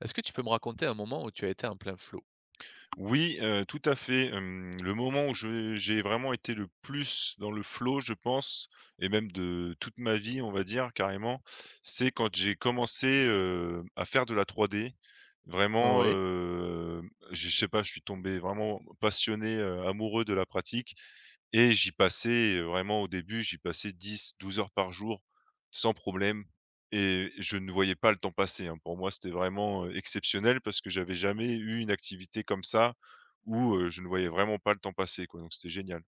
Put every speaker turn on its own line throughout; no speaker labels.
Est-ce que tu peux me raconter un moment où tu as été en plein flow?
Oui, tout à fait, le moment où je j'ai vraiment été le plus dans le flow, je pense, et même de toute ma vie, on va dire carrément, c'est quand j'ai commencé, à faire de la 3D. Vraiment,
Oui.
je sais pas, je suis tombé vraiment passionné, amoureux de la pratique, et j'y passais, vraiment au début, j'y passais 10-12 heures par jour sans problème, et je ne voyais pas le temps passer, hein. Pour moi, c'était vraiment, exceptionnel parce que j'avais jamais eu une activité comme ça où, je ne voyais vraiment pas le temps passer, quoi, donc c'était génial.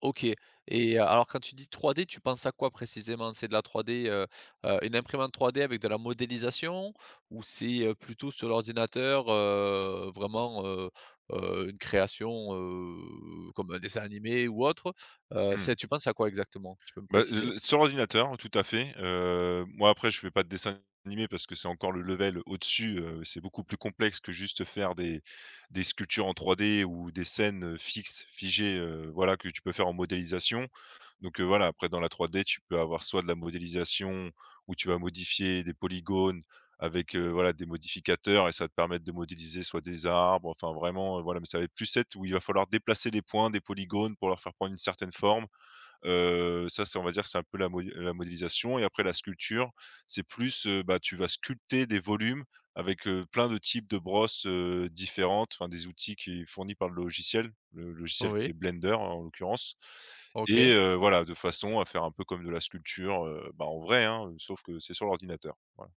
OK. Et alors quand tu dis 3D, tu penses à quoi précisément? C'est de la 3D, une imprimante 3D avec de la modélisation? Ou c'est, plutôt sur l'ordinateur, une création, comme un dessin animé ou autre?
Mmh.
C'est tu penses à quoi exactement? Tu peux me
Bah,
préciser?
l sur ordinateur, tout à fait. Moi après je fais pas de dessin animé parce que c'est encore le level au-dessus, c'est beaucoup plus complexe que juste faire des sculptures en 3D ou des scènes, fixes, figées, voilà, que tu peux faire en modélisation. Donc, voilà, après dans la 3D, tu peux avoir soit de la modélisation où tu vas modifier des polygones avec, voilà, des modificateurs, et ça va te permettre de modéliser soit des arbres, enfin vraiment, voilà, mais ça va être plus cette où il va falloir déplacer des points, des polygones pour leur faire prendre une certaine forme. Ça, c'est on va dire, c'est un peu la modé la modélisation, et après la sculpture, c'est plus, bah, tu vas sculpter des volumes avec, plein de types de brosses, différentes, enfin des outils qui est fourni par le logiciel qui
Oui.
est Blender, hein, en l'occurrence, et
OK.
voilà, de façon à faire un peu comme de la sculpture, bah, en vrai, hein, sauf que c'est sur l'ordinateur. Voilà.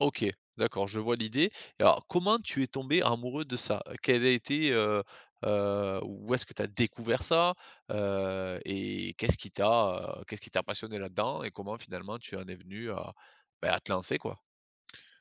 OK, d'accord, je vois l'idée. Et alors comment tu es tombé amoureux de ça? Quel a été, où est-ce que tu as découvert ça? Et qu'est-ce qui t'a passionné là-dedans, et comment finalement tu en es venu à, à te lancer, quoi?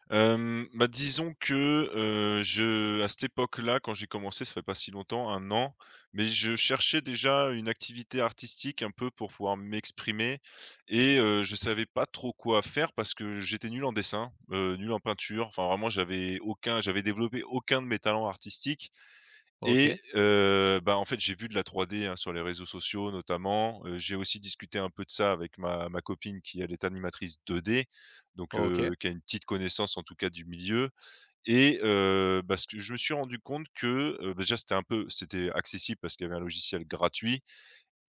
Bah, disons que, je à cette époque-là, quand j'ai commencé, ça fait pas si longtemps, 1 an, mais je cherchais déjà une activité artistique un peu pour pouvoir m'exprimer, et je savais pas trop quoi faire parce que j'étais nul en dessin, nul en peinture, enfin vraiment j'avais développé aucun de mes talents artistiques. Et
OK,
bah, en fait, j'ai vu de la 3D, hein, sur les réseaux sociaux notamment, j'ai aussi discuté un peu de ça avec ma copine qui, elle, est animatrice 2D, donc
OK,
qui a une petite connaissance en tout cas du milieu. Et bah, ce que je me suis rendu compte que, déjà c'était un peu c'était accessible parce qu'il y avait un logiciel gratuit,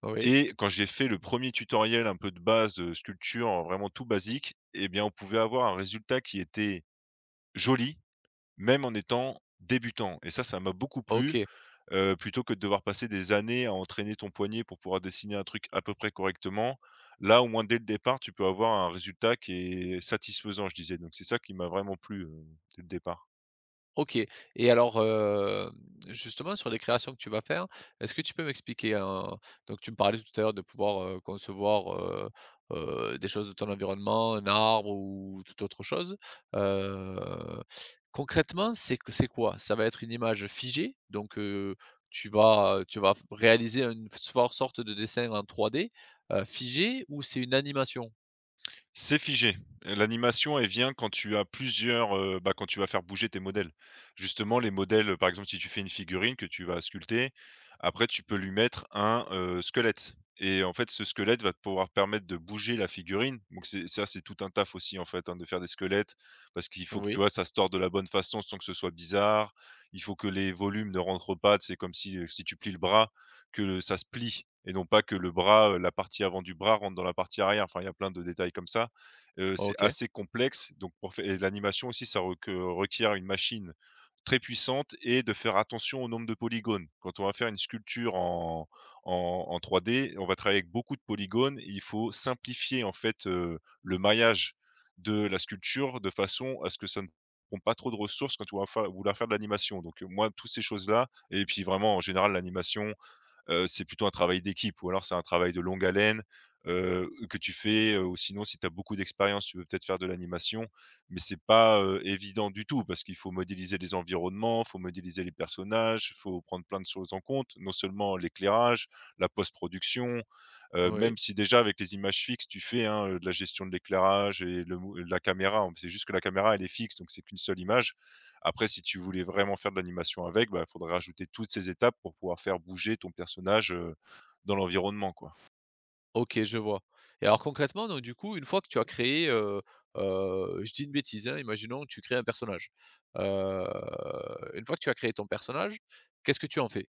oui,
et quand j'ai fait le premier tutoriel un peu de base, sculpture vraiment tout basique, et bien, on pouvait avoir un résultat qui était joli, même en étant débutant, et ça m'a beaucoup plu,
OK.
plutôt que de devoir passer des années à entraîner ton poignet pour pouvoir dessiner un truc à peu près correctement. Là, au moins, dès le départ, tu peux avoir un résultat qui est satisfaisant, je disais, donc c'est ça qui m'a vraiment plu, dès le départ.
OK. Et alors, justement, sur les créations que tu vas faire, est-ce que tu peux m'expliquer un Donc tu me parlais tout à l'heure de pouvoir, concevoir, des choses de ton environnement, un arbre ou toute autre chose. Heu, concrètement, c'est quoi? Ça va être une image figée, donc tu vas réaliser une f for sorte de dessin en 3D, figé, ou c'est une animation?
C'est figé. L'animation, elle vient quand tu as plusieurs, bah, quand tu vas faire bouger tes modèles. Justement, les modèles, par exemple, si tu fais une figurine que tu vas sculpter, après tu peux lui mettre un, squelette, et en fait, ce squelette va te pouvoir permettre de bouger la figurine. Donc c'est ça, c'est tout un taf aussi, en fait, hein, de faire des squelettes parce qu'il faut que, tu
Oui,
vois, ça se tord de la bonne façon sans que ce soit bizarre. Il faut que les volumes ne rentrent pas. C'est comme si, si tu plies le bras, que le ça se plie et non pas que le bras, la partie avant du bras rentre dans la partie arrière. Enfin, il y a plein de détails comme ça. C'est
OK,
assez complexe, donc pour fai et l'animation aussi ça reque requiert une machine très puissante, et de faire attention au nombre de polygones. Quand on va faire une sculpture en 3D, on va travailler avec beaucoup de polygones. Il faut simplifier en fait, le maillage de la sculpture de façon à ce que ça ne prend pas trop de ressources quand on va fa vouloir faire de l'animation. Donc, moi, toutes ces choses-là, et puis vraiment en général l'animation, c'est plutôt un travail d'équipe, ou alors c'est un travail de longue haleine, que tu fais, ou sinon si tu as beaucoup d'expérience, tu veux peut-être faire de l'animation, mais c'est pas, évident du tout parce qu'il faut modéliser les environnements, faut modéliser les personnages, faut prendre plein de choses en compte, non seulement l'éclairage, la post-production,
oui.
même si déjà avec les images fixes, tu fais, hein, de la gestion de l'éclairage et le mou la caméra, c'est juste que la caméra elle est fixe, donc c'est qu'une seule image. Après, si tu voulais vraiment faire de l'animation avec, il faudrait rajouter toutes ces étapes pour pouvoir faire bouger ton personnage, dans l'environnement, quoi.
OK, je vois. Et alors concrètement, donc du coup, une fois que tu as créé, je dis une bêtise, hein, imaginons que tu crées un personnage. Heu, une fois que tu as créé ton personnage, qu'est-ce que tu en fais?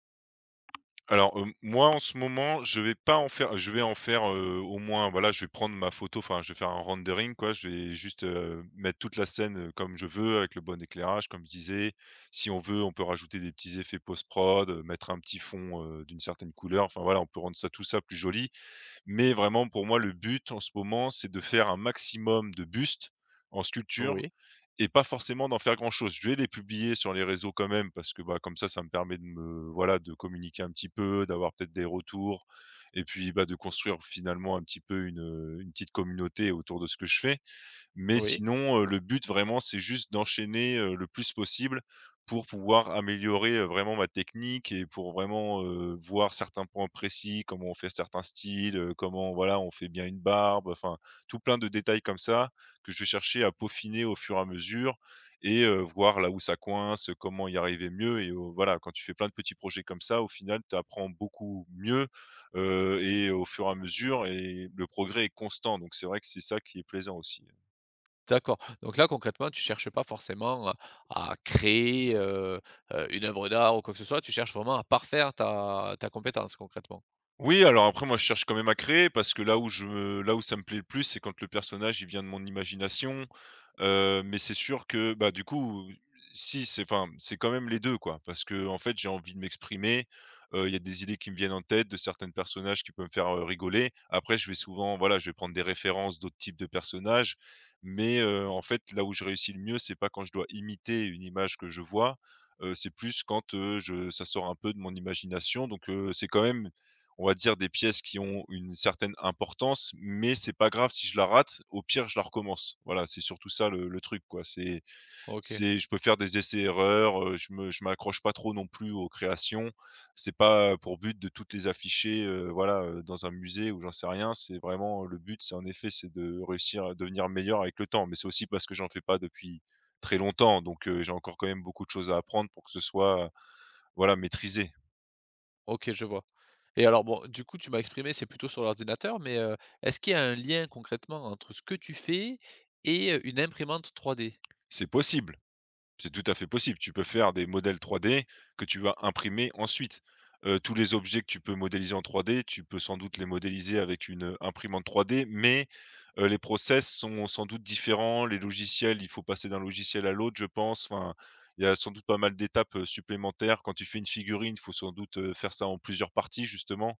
Alors, moi, en ce moment, je vais pas en faire je vais en faire, au moins, voilà, je vais prendre ma photo, enfin, je vais faire un rendering, quoi. Je vais juste, mettre toute la scène, comme je veux, avec le bon éclairage, comme je disais. Si on veut, on peut rajouter des petits effets post prod, mettre un petit fond, d'une certaine couleur. Enfin, voilà, on peut rendre ça tout ça plus joli. Mais vraiment pour moi le but en ce moment, c'est de faire un maximum de bustes en sculpture,
Oui,
et pas forcément d'en faire grand chose. Je vais les publier sur les réseaux quand même parce que, bah, comme ça me permet de me voilà, de communiquer un petit peu, d'avoir peut-être des retours, et puis, bah, de construire finalement un petit peu une petite communauté autour de ce que je fais. Mais
oui,
sinon, le but vraiment, c'est juste d'enchaîner, le plus possible pour pouvoir améliorer, vraiment ma technique, et pour vraiment, voir certains points précis, comment on fait certains styles, comment voilà, on fait bien une barbe, enfin, tout plein de détails comme ça que je vais chercher à peaufiner au fur et à mesure, et voir là où ça coince, comment y arriver mieux, et au voilà, quand tu fais plein de petits projets comme ça, au final, tu apprends beaucoup mieux, et au fur et à mesure, et le progrès est constant, donc c'est vrai que c'est ça qui est plaisant aussi, hein.
d'accord. Donc là, concrètement, tu cherches pas forcément à créer, une œuvre d'art ou quoi que ce soit, tu cherches vraiment à parfaire ta compétence concrètement?
Oui, alors après moi je cherche quand même à créer parce que là où ça me plaît le plus, c'est quand le personnage il vient de mon imagination, mais c'est sûr que, bah, du coup, si c'est enfin, c'est quand même les 2 quoi, parce que en fait j'ai envie de m'exprimer, il y a des idées qui me viennent en tête de certains personnages qui peuvent me faire, rigoler. Après je vais souvent voilà, je vais prendre des références d'autres types de personnages, mais en fait là où je réussis le mieux, c'est pas quand je dois imiter une image que je vois, c'est plus quand, je ça sort un peu de mon imagination. Donc c'est quand même on va dire des pièces qui ont une certaine importance, mais c'est pas grave si je la rate, au pire je la recommence. Voilà, c'est surtout ça le truc quoi. C'est
OK.
c'est je peux faire des essais-erreurs, je m'accroche pas trop non plus aux créations. C'est pas pour but de toutes les afficher, voilà, dans un musée ou j'en sais rien. C'est vraiment le but, c'est en effet, c'est de réussir à devenir meilleur avec le temps, mais c'est aussi parce que j'en fais pas depuis très longtemps, donc j'ai encore quand même beaucoup de choses à apprendre pour que ce soit, voilà, maîtrisé.
OK, je vois. Et alors bon, du coup, tu m'as exprimé, c'est plutôt sur l'ordinateur, mais, est-ce qu'il y a un lien concrètement entre ce que tu fais et une imprimante 3D?
C'est possible, c'est tout à fait possible. Tu peux faire des modèles 3D que tu vas imprimer ensuite. Tous les objets que tu peux modéliser en 3D, tu peux sans doute les modéliser avec une, imprimante 3D, mais, les process sont sans doute différents. Les logiciels, il faut passer d'un logiciel à l'autre, je pense. Enfin, il y a sans doute pas mal d'étapes, supplémentaires. Quand tu fais une figurine, il faut sans doute, faire ça en plusieurs parties justement.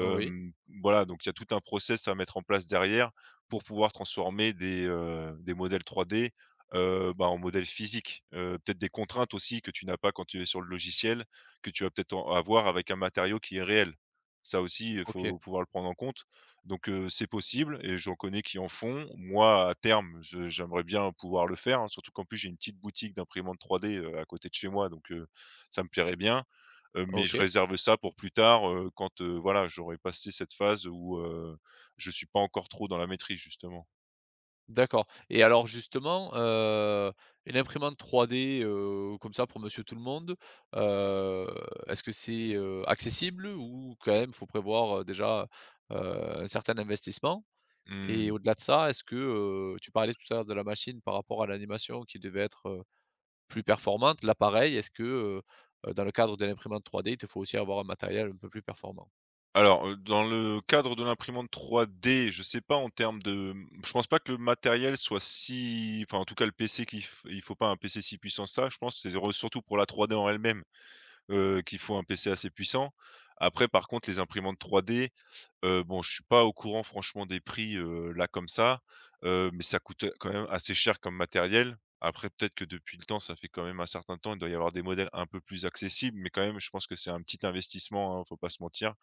Oui.
voilà, donc il y a tout un process à mettre en place derrière pour pouvoir transformer des modèles 3D, bah, en modèles physiques. Peut-être des contraintes aussi que tu n'as pas quand tu es sur le logiciel, que tu vas peut-être en avoir avec un matériau qui est réel. Ça aussi, il
OK,
faut pouvoir le prendre en compte. Donc, c'est possible et j'en connais qui en font. Moi, à terme, je j'aimerais bien pouvoir le faire, hein, surtout qu'en plus j'ai une petite boutique d'imprimante 3D, à côté de chez moi, donc, ça me plairait bien. Mais je
OK,
réserve ça pour plus tard, quand, voilà, j'aurai passé cette phase où, je suis pas encore trop dans la maîtrise, justement.
d'accord. Et alors justement, une imprimante 3D, comme ça pour monsieur tout le monde, heu, est-ce que c'est, accessible, ou quand même faut prévoir, heu, un certain investissement? Et
Mmh.
au-delà de ça, est-ce que, tu parlais tout à l'heure de la machine par rapport à l'animation qui devait être plus performante, là pareil, est-ce que, dans le cadre de l'imprimante 3D, il te faut aussi avoir un matériel un peu plus performant?
Alors, dans le cadre de l'imprimante 3D, je sais pas en termes de, je pense pas que le matériel soit si enfin, en tout cas, le PC qu'il f il faut pas un PC si puissant que ça. Je pense que c'est re surtout pour la 3D en elle-même, qu'il faut un PC assez puissant. Après, par contre, les imprimantes 3D, bon, je suis pas au courant franchement des prix, là comme ça, mais ça coûte quand même assez cher comme matériel. Après peut-être que depuis le temps, ça fait quand même un certain temps, il doit y avoir des modèles un peu plus accessibles, mais quand même je pense que c'est un petit investissement, hein, faut pas se mentir.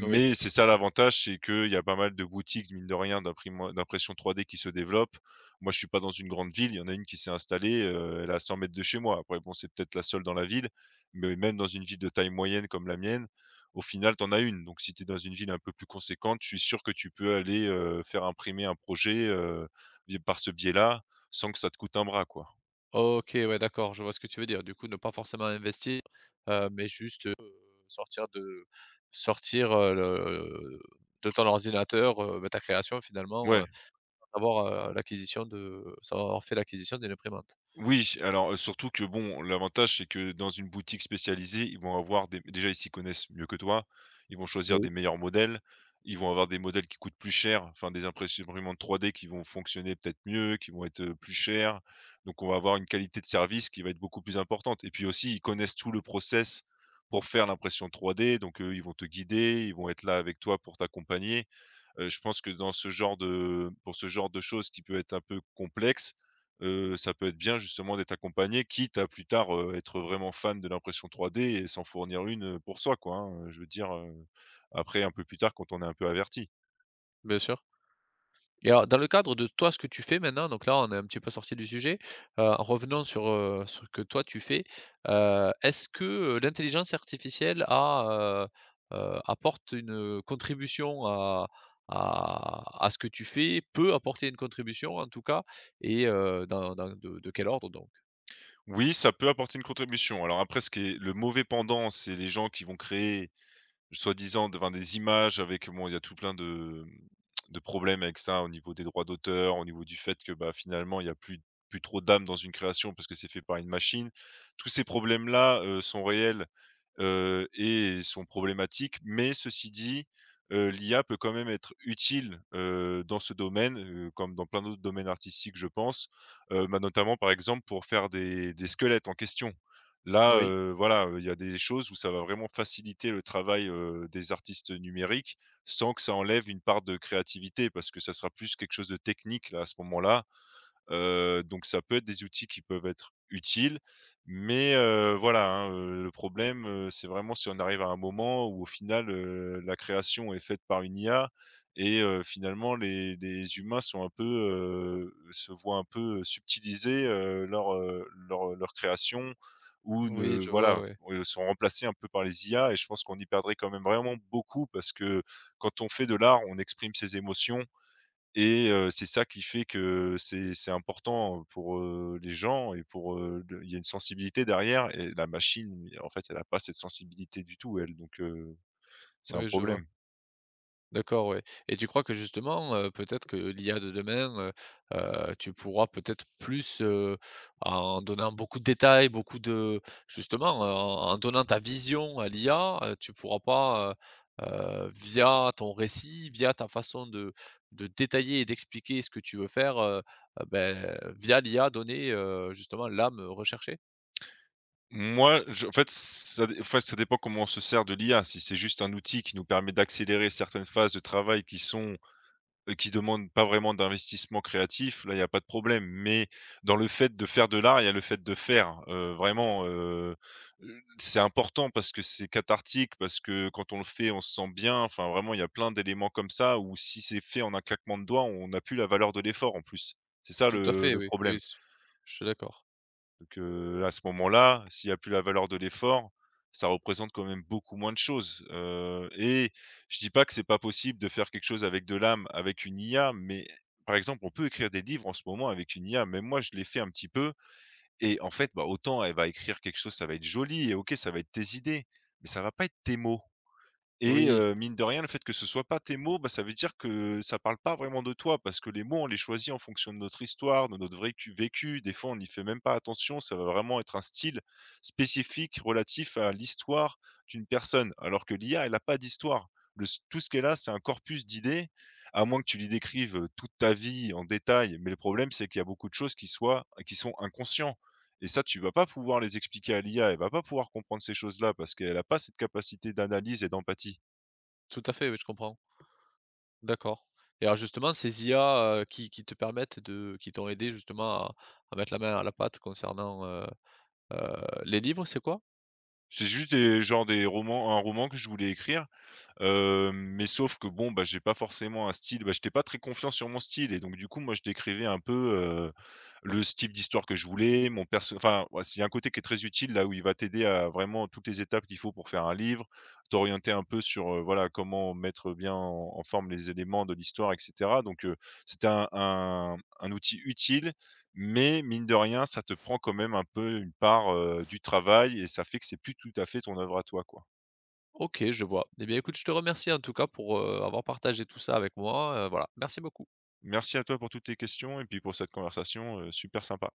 Oui.
c'est ça l'avantage, c'est qu'il y a pas mal de boutiques, mine de rien, d'impression 3D qui se développent. Moi, je suis pas dans une grande ville, il y en a une qui s'est installée, elle est à 100 mètres de chez moi. Après bon, c'est peut-être la seule dans la ville, mais même dans une ville de taille moyenne comme la mienne, au final, tu en as une. Donc si tu es dans une ville un peu plus conséquente, je suis sûr que tu peux aller, faire imprimer un projet, vi par ce biais-là, sans que ça te coûte un bras, quoi.
OK, ouais, d'accord, je vois ce que tu veux dire. Du coup, ne pas forcément investir, mais juste, sortir de sortir, le de ton ordinateur, ta création finalement,
Ouais.
avoir, l'acquisition de sans avoir fait l'acquisition d'une imprimante.
Oui, alors, surtout que bon, l'avantage, c'est que dans une boutique spécialisée, ils vont avoir des déjà, ils s'y connaissent mieux que toi. Ils vont choisir
Oui.
des meilleurs modèles. Ils vont avoir des modèles qui coûtent plus cher, enfin des impress imprimantes 3D qui vont fonctionner peut-être mieux, qui vont être, plus chères. Donc on va avoir une qualité de service qui va être beaucoup plus importante et puis aussi, ils connaissent tout le process pour faire l'impression 3D. Donc, ils vont te guider, ils vont être là avec toi pour t'accompagner. Je pense que dans ce genre de pour ce genre de choses qui peut être un peu complexe, ça peut être bien justement d'être accompagné, quitte à plus tard, être vraiment fan de l'impression 3D et s'en fournir une, pour soi quoi, hein, je veux dire, après un peu plus tard quand on est un peu averti.
Bien sûr. Et alors, dans le cadre de toi, ce que tu fais maintenant, donc là, on est un petit peu sorti du sujet. En revenant sur, ce que toi tu fais. Est-ce que, l'intelligence artificielle apporte une contribution à ce que tu fais? Peut apporter une contribution en tout cas? Et dans dans de quel ordre donc?
Oui, ça peut apporter une contribution. Alors après ce qui est le mauvais pendant, c'est les gens qui vont créer soi-disant de enfin des images avec bon, il y a tout plein de, de problèmes avec ça, au niveau des droits d'auteur, au niveau du fait que, bah, finalement, il y a plus plus trop d'âme dans une création parce que c'est fait par une machine. Tous ces problèmes-là, sont réels et sont problématiques. Mais ceci dit, l'IA peut quand même être utile, dans ce domaine, comme dans plein d'autres domaines artistiques, je pense. Bah, notamment, par exemple, pour faire des squelettes en question. Là,
Oui,
voilà, il y a des choses où ça va vraiment faciliter le travail, des artistes numériques, sans que ça enlève une part de créativité, parce que ça sera plus quelque chose de technique, là, à ce moment-là. Donc ça peut être des outils qui peuvent être utiles, mais voilà, hein, le problème, c'est vraiment si on arrive à un moment où au final, la création est faite par une IA et finalement les humains sont un peu, se voient un peu, subtiliser, leur création ou
oui,
ne
je vois,
voilà,
oui.
sont remplacés un peu par les IA et je pense qu'on y perdrait quand même vraiment beaucoup parce que quand on fait de l'art, on exprime ses émotions et c'est ça qui fait que c'est important, pour, les gens et pour, le il y a une sensibilité derrière et la machine, en fait, elle a pas cette sensibilité du tout elle, donc c'est un
Oui, je vois.
problème.
D'accord, ouais. Et tu crois que justement, peut-être que l'IA de demain, tu pourras peut-être plus, en donnant beaucoup de détails, beaucoup de justement, en donnant ta vision à l'IA, tu pourras pas, heu via ton récit, via ta façon de détailler et d'expliquer ce que tu veux faire, heu, beh, via l'IA donner, justement l'âme recherchée?
Moi, je en fait, ça dé en fait, ça dépend comment on se sert de l'IA. Si c'est juste un outil qui nous permet d'accélérer certaines phases de travail qui sont qui demande pas vraiment d'investissement créatif, là, il y a pas de problème. Mais dans le fait de faire de l'art, il y a le fait de faire, c'est important parce que c'est cathartique, parce que quand on le fait, on se sent bien. Enfin, vraiment, il y a plein d'éléments comme ça où si c'est fait en un claquement de doigts, on n'a plus la valeur de l'effort en plus. C'est ça
Tout à
le
fait,
le
oui, oui,
problème.
je suis d'accord.
Donc, à ce moment-là, s'il y a plus la valeur de l'effort, ça représente quand même beaucoup moins de choses, et je dis pas que c'est pas possible de faire quelque chose avec de l'âme, avec une IA, mais par exemple, on peut écrire des livres en ce moment avec une IA. Même moi, je l'ai fait un petit peu et en fait, bah, autant elle va écrire quelque chose, ça va être joli et OK, ça va être tes idées, mais ça va pas être tes mots. Et
Oui,
mine de rien, le fait que ce soit pas tes mots, bah, ça veut dire que ça parle pas vraiment de toi parce que les mots, on les choisit en fonction de notre histoire, de notre vécu. Des fois, on n'y fait même pas attention. Ça va vraiment être un style spécifique relatif à l'histoire d'une personne. Alors que l'IA, elle a pas d'histoire. Le s tout ce qu'elle a, c'est un corpus d'idées, à moins que tu lui décrives, toute ta vie en détail. Mais le problème, c'est qu'il y a beaucoup de choses qui sont inconscientes. Et ça, tu vas pas pouvoir les expliquer à l'IA. Elle va pas pouvoir comprendre ces choses-là parce qu'elle a pas cette capacité d'analyse et d'empathie.
tout à fait, oui, je comprends. D'accord. Et alors justement, ces IA, qui te permettent de qui t'ont aidé justement à mettre la main à la pâte concernant, heu, les livres, c'est quoi?
C'est juste des genre des romans un roman que je voulais écrire. Mais sauf que bon, bah, j'ai pas forcément un style, bah, j'étais pas très confiant sur mon style et donc du coup, moi, je décrivais un peu, le s type d'histoire que je voulais, ouais, c'est un côté qui est très utile là où il va t'aider à vraiment toutes les étapes qu'il faut pour faire un livre, t'orienter un peu sur, voilà, comment mettre bien en forme les éléments de l'histoire et cetera, donc c'était un outil utile, mais mine de rien, ça te prend quand même un peu une part, du travail et ça fait que c'est plus tout à fait ton œuvre à toi, quoi.
OK, je vois. Eh bien écoute, je te remercie en tout cas pour, avoir partagé tout ça avec moi, voilà. Merci beaucoup.
Merci à toi pour toutes tes questions et puis pour cette conversation, super sympa.